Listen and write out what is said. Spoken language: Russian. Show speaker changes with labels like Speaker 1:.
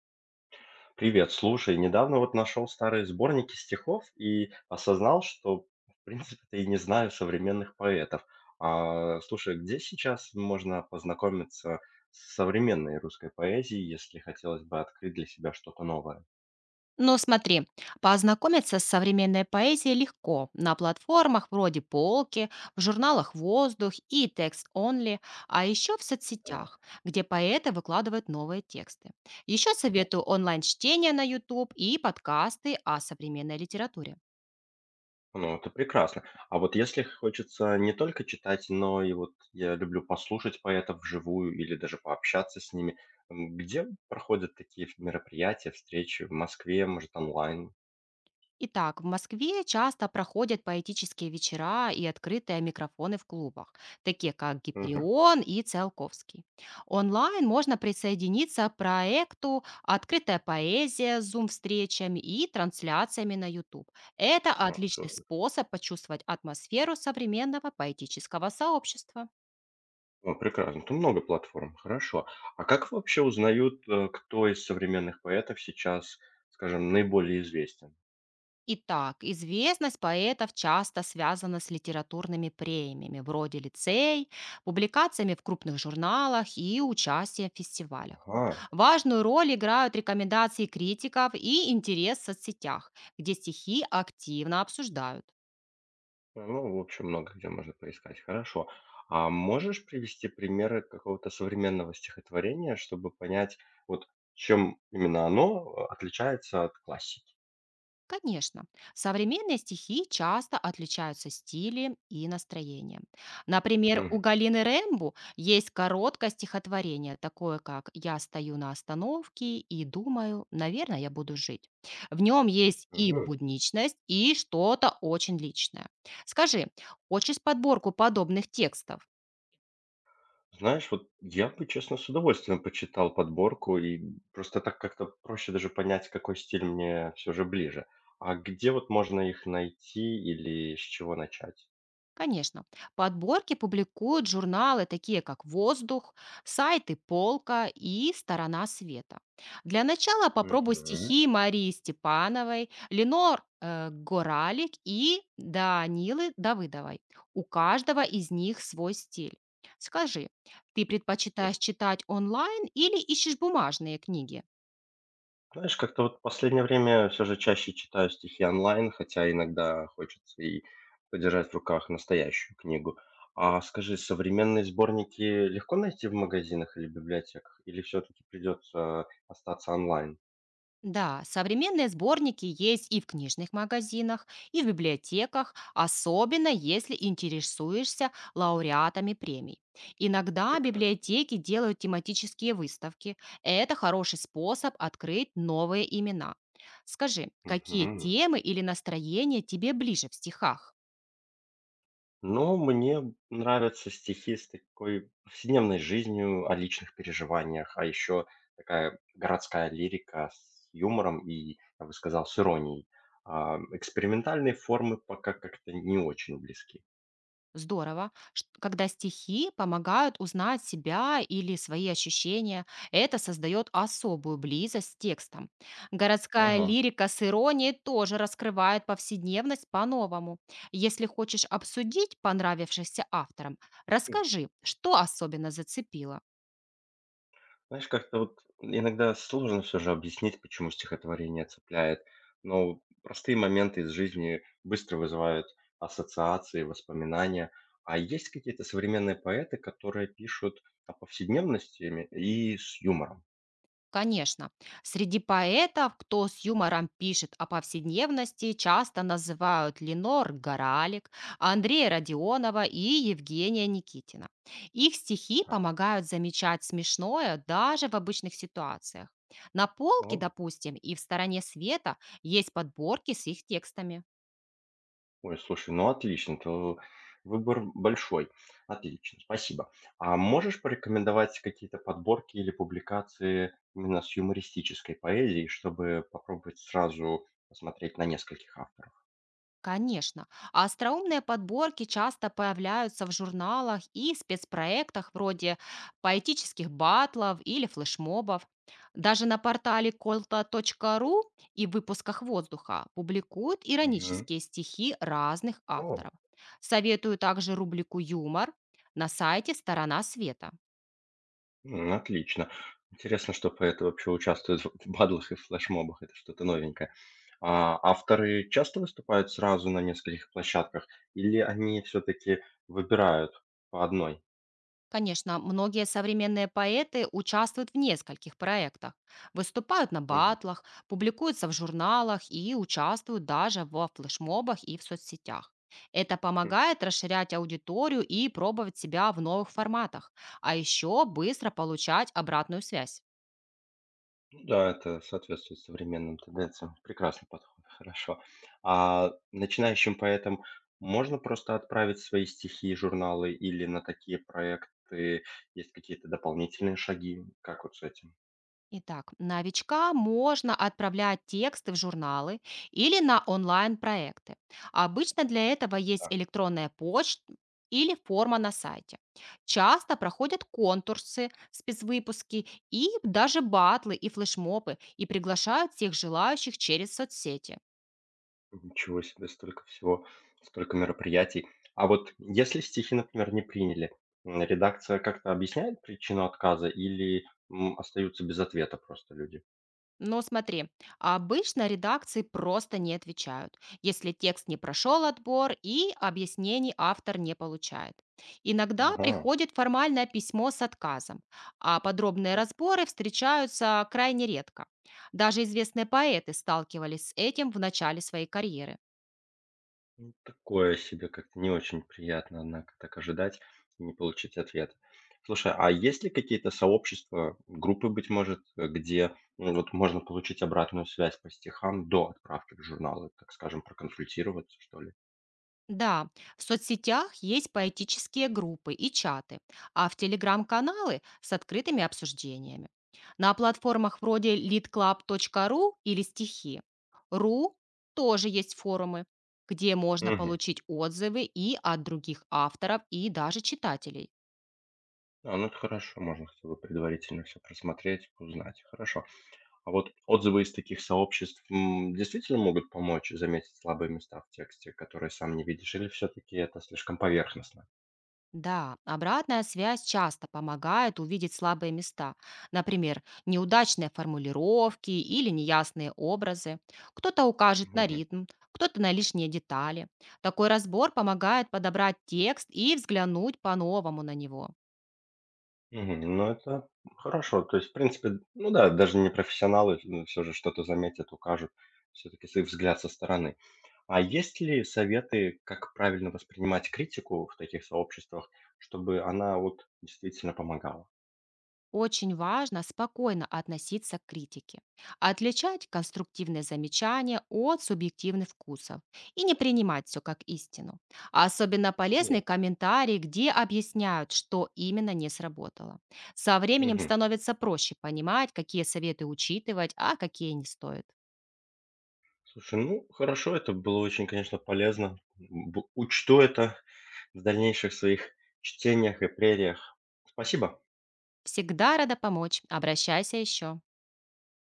Speaker 1: Привет, слушай, недавно вот нашел старые сборники стихов и осознал, что, в принципе-то, и не знаю современных поэтов. А, слушай, где сейчас можно познакомиться с современной русской поэзией, если хотелось бы открыть для себя что-то новое?
Speaker 2: Но смотри, познакомиться с современной поэзией легко. На платформах вроде «Полки», в журналах «Воздух» и «Текст Only», а еще в
Speaker 1: Так,
Speaker 2: соцсетях, где поэты выкладывают новые тексты. Еще
Speaker 1: так.
Speaker 2: советую онлайн-чтение на YouTube и подкасты о современной литературе.
Speaker 1: Ну, это прекрасно. А вот если хочется не только читать, но и вот я люблю послушать поэтов вживую или даже пообщаться с ними, м, где проходят такие мероприятия, встречи? В Москве, может, онлайн?
Speaker 2: Итак, в Москве часто проходят поэтические вечера и открытые микрофоны в клубах, такие как Гиперион и Циолковский. Онлайн можно присоединиться к проекту «Открытая поэзия» с зум-встречами и трансляциями на YouTube. Это
Speaker 1: А,
Speaker 2: отличный
Speaker 1: супер.
Speaker 2: способ почувствовать атмосферу современного поэтического сообщества.
Speaker 1: О, прекрасно. Тут много платформ, хорошо. А как вообще узнают, кто из современных поэтов сейчас, скажем, наиболее известен?
Speaker 2: Итак, известность поэтов часто связана с литературными премиями, вроде лицей, публикациями в крупных журналах и участием в фестивалях.
Speaker 1: Ага.
Speaker 2: Важную роль играют рекомендации критиков и интерес в соцсетях, где стихи активно обсуждают.
Speaker 1: Ну, в общем, много где можно поискать. Хорошо. А можешь привести примеры какого-то современного стихотворения, чтобы понять, вот чем именно оно отличается от классики?
Speaker 2: Конечно, современные стихи часто отличаются стилем и настроением. Например, у
Speaker 1: Мгм.
Speaker 2: Галины Рэмбу есть короткое стихотворение, такое как «Я стою на остановке и думаю, наверное, я буду жить». В нем есть и будничность, и что-то очень личное. Скажи, хочешь подборку подобных текстов?
Speaker 1: Знаешь, вот я бы, честно, с удовольствием почитал подборку, и просто так как-то проще даже понять, какой стиль мне все же ближе. А где вот можно их найти или с чего начать?
Speaker 2: Конечно. Подборки публикуют журналы, такие как «Воздух», сайты «Полка» и «Сторона света». Для начала попробуй
Speaker 1: Мгм.
Speaker 2: стихи Марии Степановой, Ленор Горалик и Данилы Давыдовой. У каждого из них свой стиль. Скажи, ты
Speaker 1: М.
Speaker 2: предпочитаешь читать онлайн или ищешь бумажные книги?
Speaker 1: Знаешь, как-то вот в последнее время все же чаще читаю стихи онлайн, хотя иногда хочется и подержать в руках настоящую книгу. А скажи, современные сборники легко найти в магазинах или библиотеках, или все-таки придется остаться онлайн?
Speaker 2: Да, современные сборники есть и в книжных магазинах, и в библиотеках, особенно если интересуешься лауреатами премий. Иногда
Speaker 1: Прекрасно.
Speaker 2: библиотеки делают тематические выставки. Это хороший способ открыть новые имена. Скажи, какие
Speaker 1: Мгм.
Speaker 2: темы или настроения тебе ближе в стихах?
Speaker 1: Но мне нравятся стихи с такой повседневной жизнью, о личных переживаниях, а еще такая городская лирика с юмором и, я бы сказал, с иронией. А, экспериментальные формы пока как-то не очень близки.
Speaker 2: Здорово, когда стихи помогают узнать себя или свои ощущения. Это создает особую близость с текстом. Городская
Speaker 1: Ага.
Speaker 2: лирика с иронией тоже раскрывает повседневность по-новому. Если хочешь обсудить понравившихся авторам, расскажи, что особенно зацепило.
Speaker 1: Знаешь, как-то вот иногда сложно все же объяснить, почему стихотворение цепляет, но простые моменты из жизни быстро вызывают ассоциации, воспоминания. А есть какие-то современные поэты, которые пишут о повседневности ими и с юмором?
Speaker 2: Конечно. Среди поэтов, кто с юмором пишет о повседневности, часто называют Ленор Горалик, Андрея Родионова и Евгения Никитина. Их стихи
Speaker 1: Так.
Speaker 2: помогают замечать смешное даже в обычных ситуациях. На полке,
Speaker 1: О.
Speaker 2: допустим, и в стороне света есть подборки с их текстами.
Speaker 1: Ой, слушай, ну отлично, то выбор большой. Отлично, спасибо. А можешь порекомендовать какие-то подборки или публикации именно с юмористической поэзией, чтобы попробовать сразу посмотреть на нескольких авторов?
Speaker 2: Конечно. А остроумные подборки часто появляются в журналах и спецпроектах вроде поэтических батлов или флешмобов. Даже на портале kolta.ru и в выпусках «Воздуха» публикуют
Speaker 1: Мгм.
Speaker 2: иронические стихи разных
Speaker 1: О,
Speaker 2: авторов. Советую также рубрику «Юмор» на сайте «Сторона света».
Speaker 1: м, отлично. Интересно, что поэты вообще участвуют в бадлах и флешмобах. Это что-то новенькое. А авторы часто выступают сразу на нескольких площадках, или они все-таки выбирают по одной?
Speaker 2: Конечно, многие современные поэты участвуют в нескольких проектах, выступают на
Speaker 1: Мгм.
Speaker 2: батлах, публикуются в журналах и участвуют даже во флешмобах и в соцсетях. Это
Speaker 1: Хм.
Speaker 2: помогает расширять аудиторию и пробовать себя в новых форматах, а еще быстро получать обратную связь.
Speaker 1: Ну да, это соответствует современным тенденциям. Прекрасный подход, хорошо. А начинающим поэтам можно просто отправить свои стихи и журналы или на такие проекты есть какие-то дополнительные шаги? Как вот с этим?
Speaker 2: Итак, новичка можно отправлять тексты в журналы или на онлайн-проекты. Обычно для этого есть
Speaker 1: Так,
Speaker 2: электронная почта или форма на сайте. Часто проходят конкурсы, спецвыпуски и даже батлы и флешмобы и приглашают всех желающих через соцсети.
Speaker 1: ничего себе, столько всего, столько мероприятий. А вот если стихи, например, не приняли, м, редакция как-то объясняет причину отказа или м, остаются без ответа просто люди?
Speaker 2: Но смотри, обычно редакции просто не отвечают, если текст не прошел отбор и объяснений автор не получает. Иногда
Speaker 1: Ага.
Speaker 2: приходит формальное письмо с отказом, а подробные разборы встречаются крайне редко. Даже известные поэты сталкивались с этим в начале своей карьеры.
Speaker 1: Ну, такое себе, как-то не очень приятно, однако, так ожидать и не получить ответ. Слушай, а есть ли какие-то сообщества, группы, быть может, где, ну, вот можно получить обратную связь по стихам до отправки в журналы, так скажем, проконсультироваться, что ли?
Speaker 2: Да, в соцсетях есть поэтические группы и чаты, а в телеграм-каналы с открытыми обсуждениями. На платформах вроде leadclub.ru или стихи. .ру тоже есть форумы, где можно
Speaker 1: Мгм.
Speaker 2: получить отзывы и от других авторов, и даже читателей.
Speaker 1: А, ну это хорошо, можно хотя бы предварительно все просмотреть, узнать. Хорошо. А вот отзывы из таких сообществ м, действительно могут помочь заметить слабые места в тексте, которые сам не видишь, или все-таки это слишком поверхностно?
Speaker 2: Да, обратная связь часто помогает увидеть слабые места. Например, неудачные формулировки или неясные образы. Кто-то укажет на
Speaker 1: Мгм.
Speaker 2: ритм, кто-то на лишние детали. Такой разбор помогает подобрать текст и взглянуть по-новому на него.
Speaker 1: Мгм. Ну, это хорошо. То есть, в принципе, ну да, даже не профессионалы все же что-то заметят, укажут. Все таки свой взгляд со стороны. А есть ли советы, как правильно воспринимать критику в таких сообществах, чтобы она вот действительно помогала?
Speaker 2: Очень важно спокойно относиться к критике, отличать конструктивные замечания от субъективных вкусов и не принимать все как истину. Особенно полезны
Speaker 1: Согласен.
Speaker 2: комментарии, где объясняют, что именно не сработало. Со временем
Speaker 1: Мгм.
Speaker 2: становится проще понимать, какие советы учитывать, а какие не стоит.
Speaker 1: Слушай, ну хорошо, это было очень, конечно, полезно. Б учту это в дальнейших своих чтениях и прериях. Спасибо.
Speaker 2: Всегда рада помочь. Обращайся еще.